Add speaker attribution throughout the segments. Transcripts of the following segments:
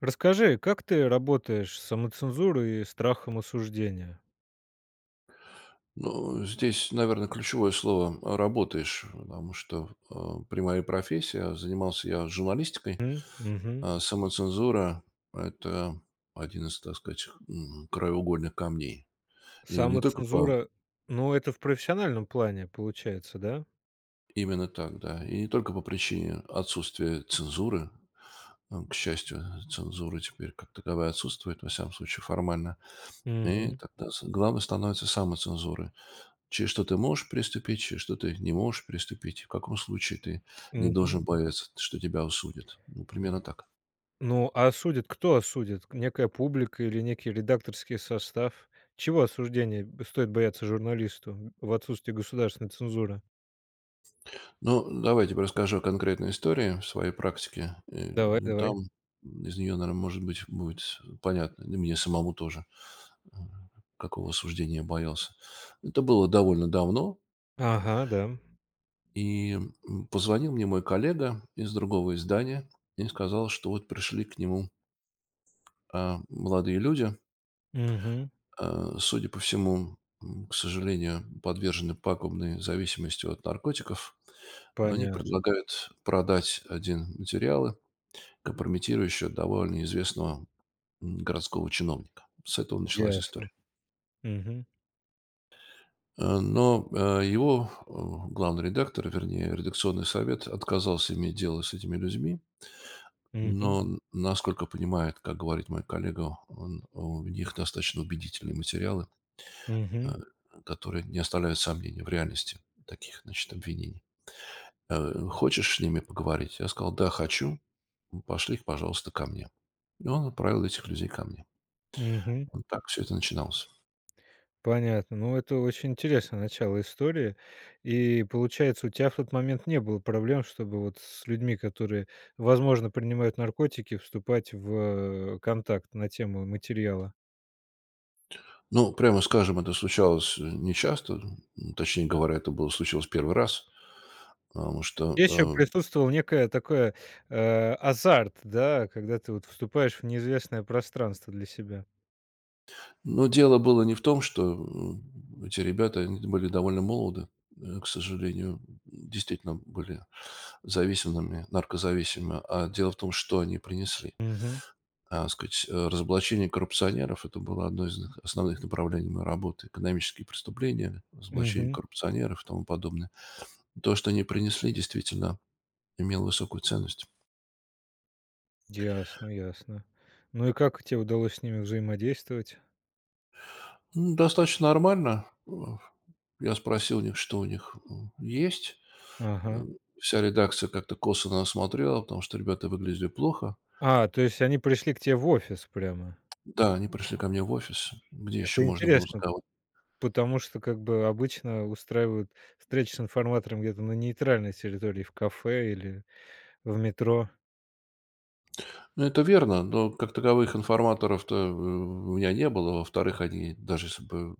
Speaker 1: Расскажи, как ты работаешь с самоцензурой и страхом осуждения?
Speaker 2: Ну, здесь, наверное, ключевое слово "работаешь", потому что, прямая профессия. Занимался я журналистикой,
Speaker 1: М, мгм.
Speaker 2: а самоцензура— это один из, так сказать, краеугольных камней. И не только по
Speaker 1: Самоцензура, ну, это в профессиональном плане получается, да?
Speaker 2: Именно так, да. И не только по причине отсутствия цензуры. А, к счастью, цензура теперь как таковая отсутствует, во всяком случае формально. И
Speaker 1: Мгм,
Speaker 2: тогда с главной становится самоцензура. Через что ты можешь приступить, через что ты не можешь приступить, в каком случае ты не
Speaker 1: мгм.
Speaker 2: должен бояться, что тебя осудят. Ну, примерно так.
Speaker 1: Ну, а осудит кто осудит? Некая публика или некий редакторский состав? Чего осуждения стоит бояться журналисту в отсутствии государственной цензуры?
Speaker 2: Ну, давайте расскажу о конкретной истории в своей практике.
Speaker 1: Давай,
Speaker 2: Ну,
Speaker 1: давай.
Speaker 2: там из нее, наверное, может быть, будет понятно, и мне самому тоже, э, какого осуждения я боялся. Это было довольно давно,
Speaker 1: Ага, да.
Speaker 2: и позвонил мне мой коллега из другого издания и сказал, что вот пришли к нему молодые люди,
Speaker 1: Мгм.
Speaker 2: судя по всему, к сожалению, подвержены пагубной зависимости от наркотиков, но они
Speaker 1: Понятно.
Speaker 2: предлагают продать один материалы, компрометирующие довольно известного городского чиновника. С этого началась история.
Speaker 1: Ясно. Мгм,
Speaker 2: Э, Но э, его э, Главный редактор, вернее, редакционный совет отказался иметь дело с этими людьми,
Speaker 1: мгм,
Speaker 2: но, насколько понимает, как говорит мой коллега, он, у них достаточно убедительные материалы, э,
Speaker 1: мгм,
Speaker 2: которые не оставляют сомнений в реальности таких, значит, обвинений. Хочешь с ними поговорить? Я сказал, да, хочу. Пошли их, пожалуйста, ко мне. И он отправил этих людей ко мне.
Speaker 1: мгм.
Speaker 2: Вот так все это начиналось.
Speaker 1: Понятно. Ну, это очень интересное начало истории. И получается, у тебя в тот момент не было проблем, чтобы вот с людьми, которые, возможно, принимают наркотики, вступать в, контакт на тему материала.
Speaker 2: Ну, прямо скажем, это случалось нечасто. Точнее говоря, это было случилось первый раз. Потому что,
Speaker 1: Еще
Speaker 2: э,
Speaker 1: присутствовал некое такое, азарт, да, когда ты вот вступаешь в неизвестное пространство для себя.
Speaker 2: ну, дело было не в том, что эти ребята, они были довольно молоды, к сожалению, действительно были зависимыми, наркозависимыми. А дело в том, что они принесли.
Speaker 1: Угу,
Speaker 2: Сказать, разоблачение коррупционеров — это было одно из их основных направлений моей работы. Экономические преступления, разоблачение
Speaker 1: угу.
Speaker 2: коррупционеров и тому подобное. То, что они принесли, действительно имело высокую ценность.
Speaker 1: Ясно, ясно. Ну и как тебе удалось с ними взаимодействовать?
Speaker 2: Ну, достаточно нормально. Я спросил у них, что у них есть. Э,
Speaker 1: Ага.
Speaker 2: Вся редакция как-то косо на нас смотрела, потому что ребята выглядели плохо.
Speaker 1: А, то есть они пришли к тебе в офис прямо.
Speaker 2: Да, они пришли ко мне в офис, где еще
Speaker 1: Это
Speaker 2: можно было
Speaker 1: интересно.
Speaker 2: разговаривать.
Speaker 1: Потому что как бы обычно устраивают встречи с информатором где-то на нейтральной территории, в кафе или в метро.
Speaker 2: Ну, это верно, но как таковых информаторов-то, у меня не было. Во-вторых, они, даже если бы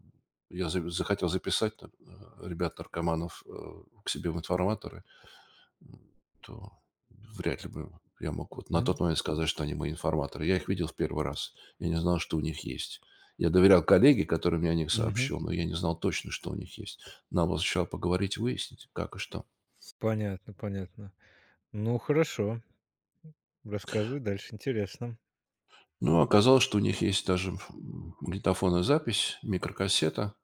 Speaker 2: я за захотел записать там, ребят-наркоманов, к себе в информаторы, м, то вряд ли бы я мог вот на
Speaker 1: Мгм.
Speaker 2: тот момент сказать, что они мои информаторы. Я их видел в первый раз. Я не знал, что у них есть. Я доверял коллеге, который мне о них
Speaker 1: Мгм.
Speaker 2: сообщил, но я не знал точно, что у них есть. Нам было сначала поговорить, выяснить, как и что.
Speaker 1: Понятно, понятно. Ну, хорошо. Рассказывай дальше, интересно.
Speaker 2: Ну, оказалось, что у них есть даже, магнитофонная запись, микрокассета,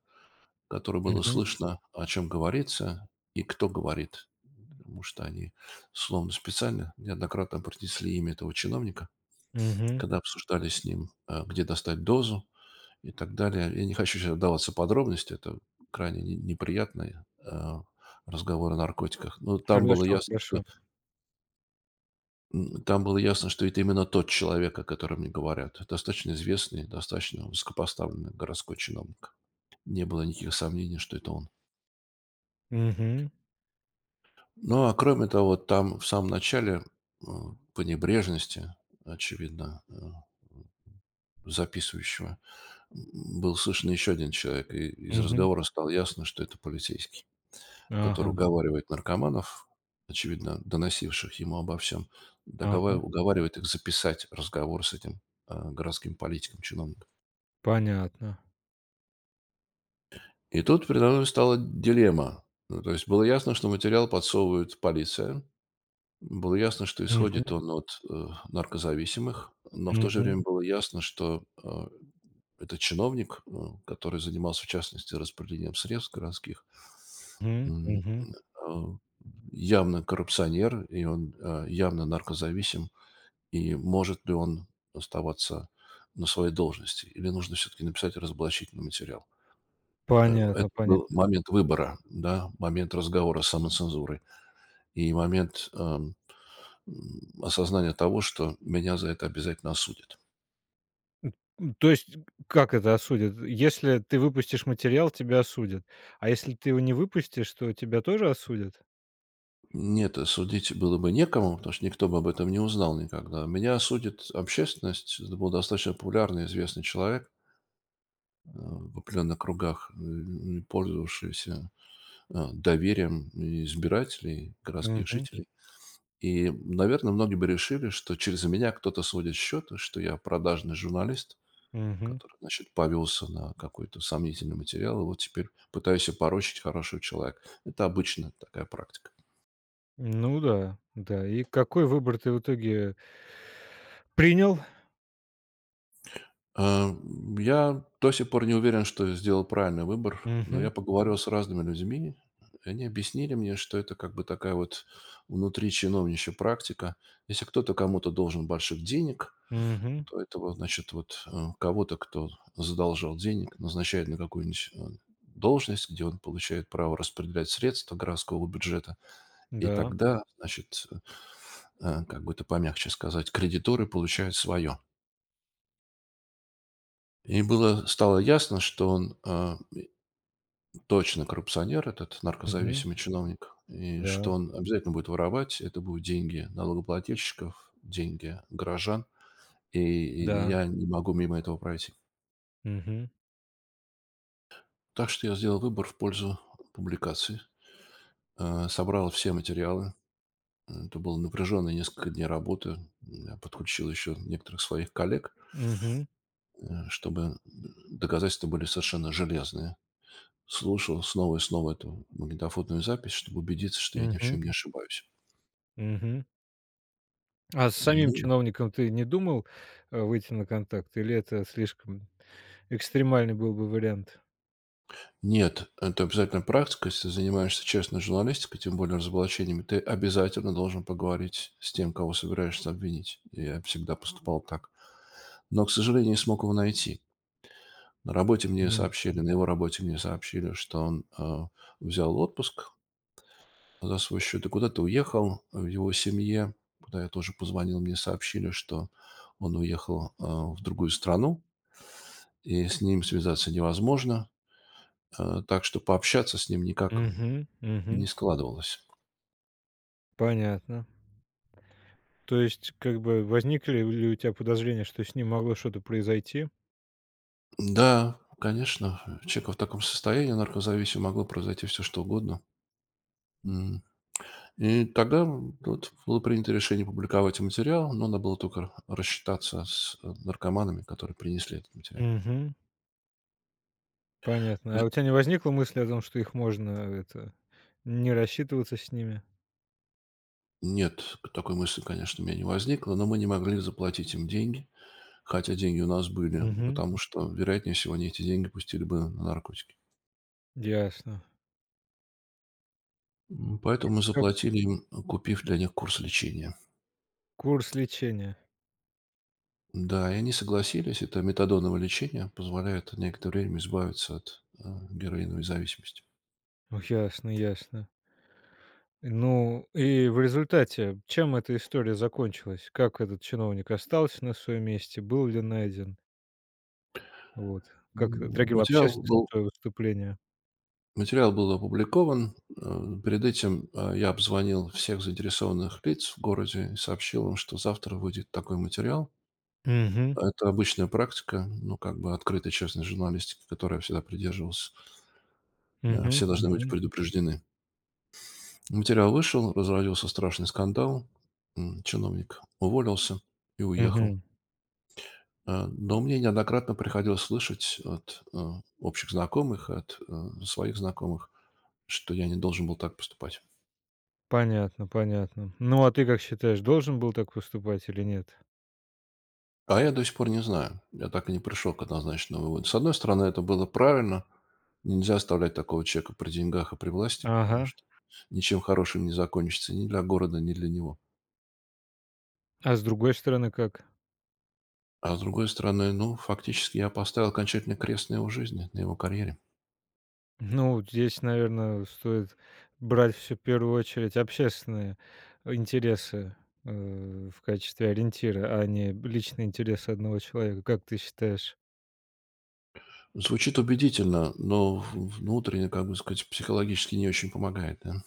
Speaker 2: которой было
Speaker 1: Мгм.
Speaker 2: слышно, о чем говорится и кто говорит, потому что они словно специально неоднократно произнесли имя этого чиновника,
Speaker 1: Мгм.
Speaker 2: когда обсуждали с ним, где достать дозу и так далее. Я не хочу сейчас вдаваться в подробности, это крайне неприятные разговоры о наркотиках.
Speaker 1: Хорошо, хорошо.
Speaker 2: Там было ясно, что это именно тот человек, о котором мне говорят. Достаточно известный, достаточно высокопоставленный городской чиновник. Не было никаких сомнений, что это он.
Speaker 1: Мгм.
Speaker 2: Ну, а кроме того, там в самом начале, э, по небрежности, очевидно, записывающего, был слышен еще один человек, и из
Speaker 1: Мгм.
Speaker 2: разговора стало ясно, что это полицейский, который
Speaker 1: Ага,
Speaker 2: уговаривает наркоманов, очевидно, доносивших ему обо всем,
Speaker 1: ага.
Speaker 2: уговаривает их записать разговор с этим городским политиком, чиновником.
Speaker 1: Понятно.
Speaker 2: И тут передо мной стала дилемма. Ну, то есть было ясно, что материал подсовывает полиция, было ясно, что исходит
Speaker 1: Мгм.
Speaker 2: он от, наркозависимых, но в то же
Speaker 1: Мгм.
Speaker 2: время было ясно, что, это чиновник, который занимался, в частности, распределением средств городских,
Speaker 1: Мгм.
Speaker 2: м,
Speaker 1: Мгм.
Speaker 2: а, явно коррупционер, и он, явно наркозависим. И может ли он оставаться на своей должности, или нужно все-таки написать разоблачительный материал?
Speaker 1: Понятно,
Speaker 2: Это был
Speaker 1: понятно.
Speaker 2: момент выбора, да, момент разговора с самоцензурой и момент, м, осознание того, что меня за это обязательно осудят.
Speaker 1: М, то есть, как это осудят? Если ты выпустишь материал, тебя осудят. А если ты его не выпустишь, то тебя тоже осудят?
Speaker 2: Нет, судить было бы некому, потому что никто бы об этом не узнал никогда. Меня осудит общественность. Это был достаточно популярный, известный человек в определенных кругах, пользовавшийся доверием и избирателей, городских
Speaker 1: Мгм,
Speaker 2: жителей. И, наверное, многие бы решили, что через меня кто-то сводит счеты, что я продажный журналист,
Speaker 1: мгм.
Speaker 2: который, значит, повелся на какой-то сомнительный материал, и вот теперь пытаюсь опорочить хорошего человека. Это обычно такая практика.
Speaker 1: Ну да, да. И какой выбор ты в итоге принял?
Speaker 2: А, Я до сих пор не уверен, что сделал правильный выбор, но
Speaker 1: Мгм,
Speaker 2: я поговорил с разными людьми, и они объяснили мне, что это как бы такая вот внутри чиновничья практика. Если кто-то кому-то должен больших денег,
Speaker 1: мгм.
Speaker 2: то этого, значит, вот кого-то, кто задолжал денег, назначает на какую-нибудь должность, где он получает право распределять средства городского бюджета. И
Speaker 1: Да.
Speaker 2: тогда, значит, как бы это помягче сказать, кредиторы получают свое. Стало ясно, что он точно коррупционер, этот
Speaker 1: Мгм.
Speaker 2: наркозависимый чиновник, и
Speaker 1: Да,
Speaker 2: что он обязательно будет воровать. Это будут деньги налогоплательщиков, деньги горожан. И
Speaker 1: да.
Speaker 2: я не могу мимо этого пройти.
Speaker 1: Мгм,
Speaker 2: Так что я сделал выбор в пользу публикации. Собрал все материалы. Это было напряженные несколько дней работы. Я подключил еще некоторых своих коллег,
Speaker 1: мгм,
Speaker 2: чтобы доказательства были совершенно железные. Слушал снова и снова эту магнитофонную запись, чтобы убедиться, что я ни в
Speaker 1: мгм,
Speaker 2: чем не ошибаюсь.
Speaker 1: мгм. А с самим
Speaker 2: Ну,
Speaker 1: чиновником ты не думал, выйти на контакт или это слишком экстремальный был бы вариант?
Speaker 2: нет, это обязательно практика. Если ты занимаешься честной журналистикой, тем более разоблачениями, ты обязательно должен поговорить с тем, кого собираешься обвинить. Я всегда поступал так. Но, к сожалению, не смог его найти.
Speaker 1: Мгм.
Speaker 2: На его работе мне сообщили, что он взял отпуск за свой счет и куда-то уехал. В его семье, куда я тоже позвонил, мне сообщили, что он уехал в другую страну, и с ним связаться невозможно. Так что пообщаться с ним никак
Speaker 1: Мгм, мгм.
Speaker 2: не складывалось.
Speaker 1: Понятно. То есть, как бы, возникли ли у тебя подозрения, что с ним могло что-то произойти?
Speaker 2: Да, конечно, у человека в таком состоянии наркозависимого могло произойти все что угодно. М. И тогда вот было принято решение публиковать материал, но надо было только рассчитаться с наркоманами, которые принесли этот материал.
Speaker 1: Мгм. Понятно. А у тебя не возникло мысли о том, что их можно, это, не рассчитываться с ними?
Speaker 2: Нет, к такой мысли, конечно, у меня не возникло, но мы не могли заплатить им деньги, хотя деньги у нас были,
Speaker 1: Мгм.
Speaker 2: потому что, вероятнее всего, они эти деньги пустили бы на наркотики.
Speaker 1: Ясно.
Speaker 2: Поэтому мы
Speaker 1: Как
Speaker 2: заплатили им, купив для них курс лечения.
Speaker 1: курс лечения.
Speaker 2: Да, и они согласились. Это метадоновое лечение позволяет на некоторое время избавиться от героиновой зависимости.
Speaker 1: Ну, ясно, ясно. Ну, и в результате чем эта история закончилась? Как этот чиновник остался на своем месте? Был ли найден? Вот. Как
Speaker 2: М,
Speaker 1: отреагировала
Speaker 2: Материал
Speaker 1: общественность
Speaker 2: был,
Speaker 1: на твое выступление?
Speaker 2: Материал был опубликован. Перед этим я обзвонил всех заинтересованных лиц в городе и сообщил им, что завтра выйдет такой материал.
Speaker 1: Мгм.
Speaker 2: Это обычная практика, ну, как бы открытой, честной журналистики, которой я всегда придерживался.
Speaker 1: Мгм.
Speaker 2: Все должны быть
Speaker 1: Мгм.
Speaker 2: предупреждены. Материал вышел, разразился страшный скандал. Чиновник уволился и уехал. Но мне неоднократно приходилось слышать от общих знакомых, от своих знакомых, что я не должен был так поступать.
Speaker 1: Понятно, понятно. Ну, а ты как считаешь, должен был так поступать или нет?
Speaker 2: А я до сих пор не знаю. Я так и не пришел к однозначному выводу. С одной стороны, это было правильно. Нельзя оставлять такого человека при деньгах и при власти, потому
Speaker 1: Ага.
Speaker 2: что ничем хорошим не закончится ни для города, ни для него.
Speaker 1: А с другой стороны, как?
Speaker 2: А с другой стороны, ну, фактически я поставил окончательный крест на его жизни, на его карьере.
Speaker 1: Ну, здесь, наверное, стоит брать все в первую очередь общественные интересы, в качестве ориентира, а не личные интересы одного человека. Как ты считаешь?
Speaker 2: Звучит убедительно, но внутренне, как бы сказать, психологически не очень помогает, да?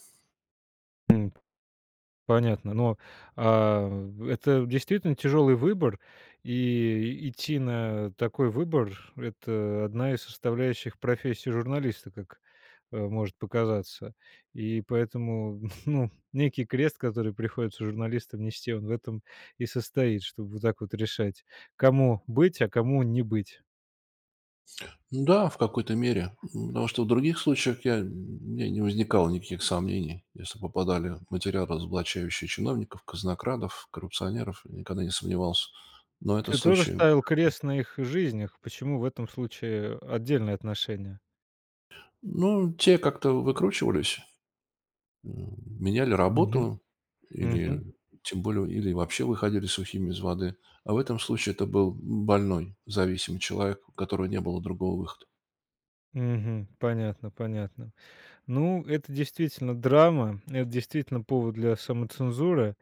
Speaker 1: Понятно. Но, это действительно тяжелый выбор, и идти на такой выбор — это одна из составляющих профессии журналиста, как, может показаться. И поэтому, ну, некий крест, который приходится журналистам нести, он в этом и состоит, чтобы вот так вот решать, кому быть, а кому не быть.
Speaker 2: Ну да, в какой-то мере. Потому что в других случаях я, у меня не возникало никаких сомнений, если попадали материалы, разоблачающие чиновников, казнокрадов, коррупционеров, я никогда не сомневался. Но этот
Speaker 1: Ты тоже
Speaker 2: случай…
Speaker 1: ставил крест на их жизнях. Почему в этом случае отдельное отношение?
Speaker 2: Ну, те как-то выкручивались, меняли
Speaker 1: Мгм.
Speaker 2: работу
Speaker 1: Мгм.
Speaker 2: или, тем более, или вообще выходили сухими из воды. А в этом случае это был больной, зависимый человек, у которого не было другого выхода.
Speaker 1: Мгм. Понятно, понятно. Ну, это действительно драма, это действительно повод для самоцензуры.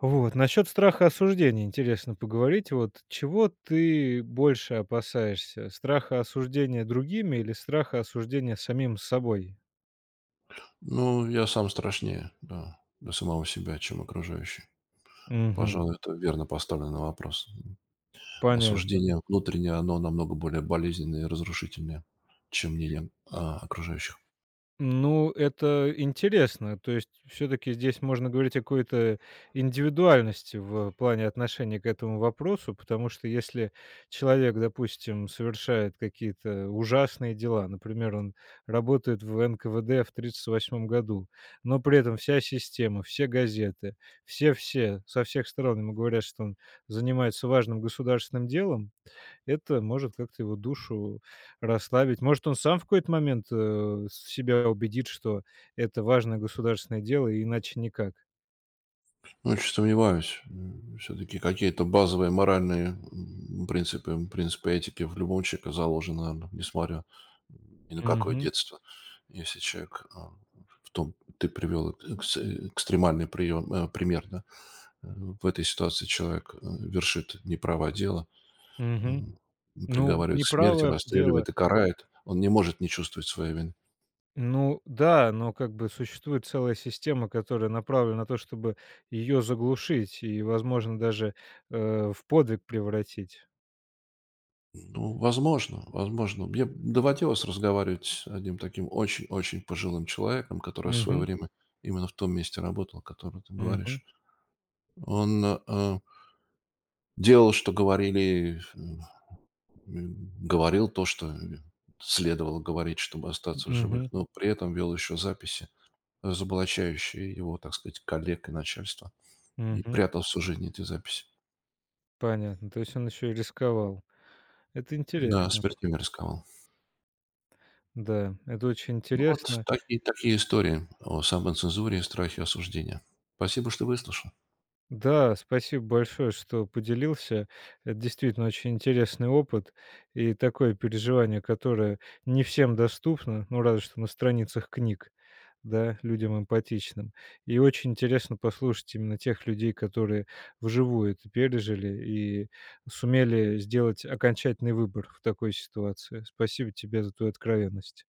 Speaker 1: Вот. Насчет страха осуждения интересно поговорить. Вот чего ты больше опасаешься? Страха осуждения другими или страха осуждения самим собой?
Speaker 2: Ну, я сам страшнее, да, для самого себя, чем окружающий.
Speaker 1: Мгм.
Speaker 2: Пожалуй, это верно поставленный вопрос.
Speaker 1: Понятно.
Speaker 2: Осуждение внутреннее, оно намного более болезненное и разрушительное, чем мнение окружающих.
Speaker 1: Ну, это интересно. То есть все таки здесь можно говорить о какой-то индивидуальности в плане отношения к этому вопросу, потому что если человек, допустим, совершает какие-то ужасные дела, например, он работает в НКВД в 38-м году, но при этом вся система, все газеты, все-все со всех сторон ему говорят, что он занимается важным государственным делом, это может как-то его душу расслабить. Может, он сам в какой-то момент, себя убедит, что это важное государственное дело, и иначе никак.
Speaker 2: Ну, чуть сомневаюсь. Все-таки какие-то базовые моральные принципы, принципы этики в любом человеке заложены, наверно, несмотря ни на какое
Speaker 1: Мгм,
Speaker 2: детство. Если человек в том, ты привел экстремальный пример, да, э, в этой ситуации человек вершит неправое дело.
Speaker 1: мгм.
Speaker 2: Мгм.
Speaker 1: Ну,
Speaker 2: Приговаривает к смерти,
Speaker 1: неправое дело.
Speaker 2: расстреливает и карает. Он не может не чувствовать своей вины.
Speaker 1: Ну да, но как бы существует целая система, которая направлена на то, чтобы ее заглушить и, возможно, даже, в подвиг превратить.
Speaker 2: Ну, возможно, возможно. Мне доводилось разговаривать с одним таким очень-очень пожилым человеком, который в свое
Speaker 1: Мгм,
Speaker 2: время именно в том месте работал, о котором ты
Speaker 1: мгм,
Speaker 2: говоришь. Он делал, что говорили, говорил то, что следовало говорить, чтобы остаться в живых,
Speaker 1: мгм,
Speaker 2: но при этом вел еще записи, разоблачающие его, так сказать, коллег и начальство, и
Speaker 1: мгм.
Speaker 2: прятал всю жизнь эти записи.
Speaker 1: Понятно. То есть он еще и рисковал. Это
Speaker 2: Да,
Speaker 1: интересно.
Speaker 2: смертельно рисковал.
Speaker 1: Да, это очень
Speaker 2: Ну, вот
Speaker 1: интересно.
Speaker 2: такие, такие истории о самоцензуре и страхе осуждения. Спасибо, что выслушал.
Speaker 1: Да, спасибо большое, что поделился. Это действительно очень интересный опыт и такое переживание, которое не всем доступно, ну, разве что на страницах книг, да, людям эмпатичным. И очень интересно послушать именно тех людей, которые вживую это пережили и сумели сделать окончательный выбор в такой ситуации. Спасибо тебе за твою откровенность.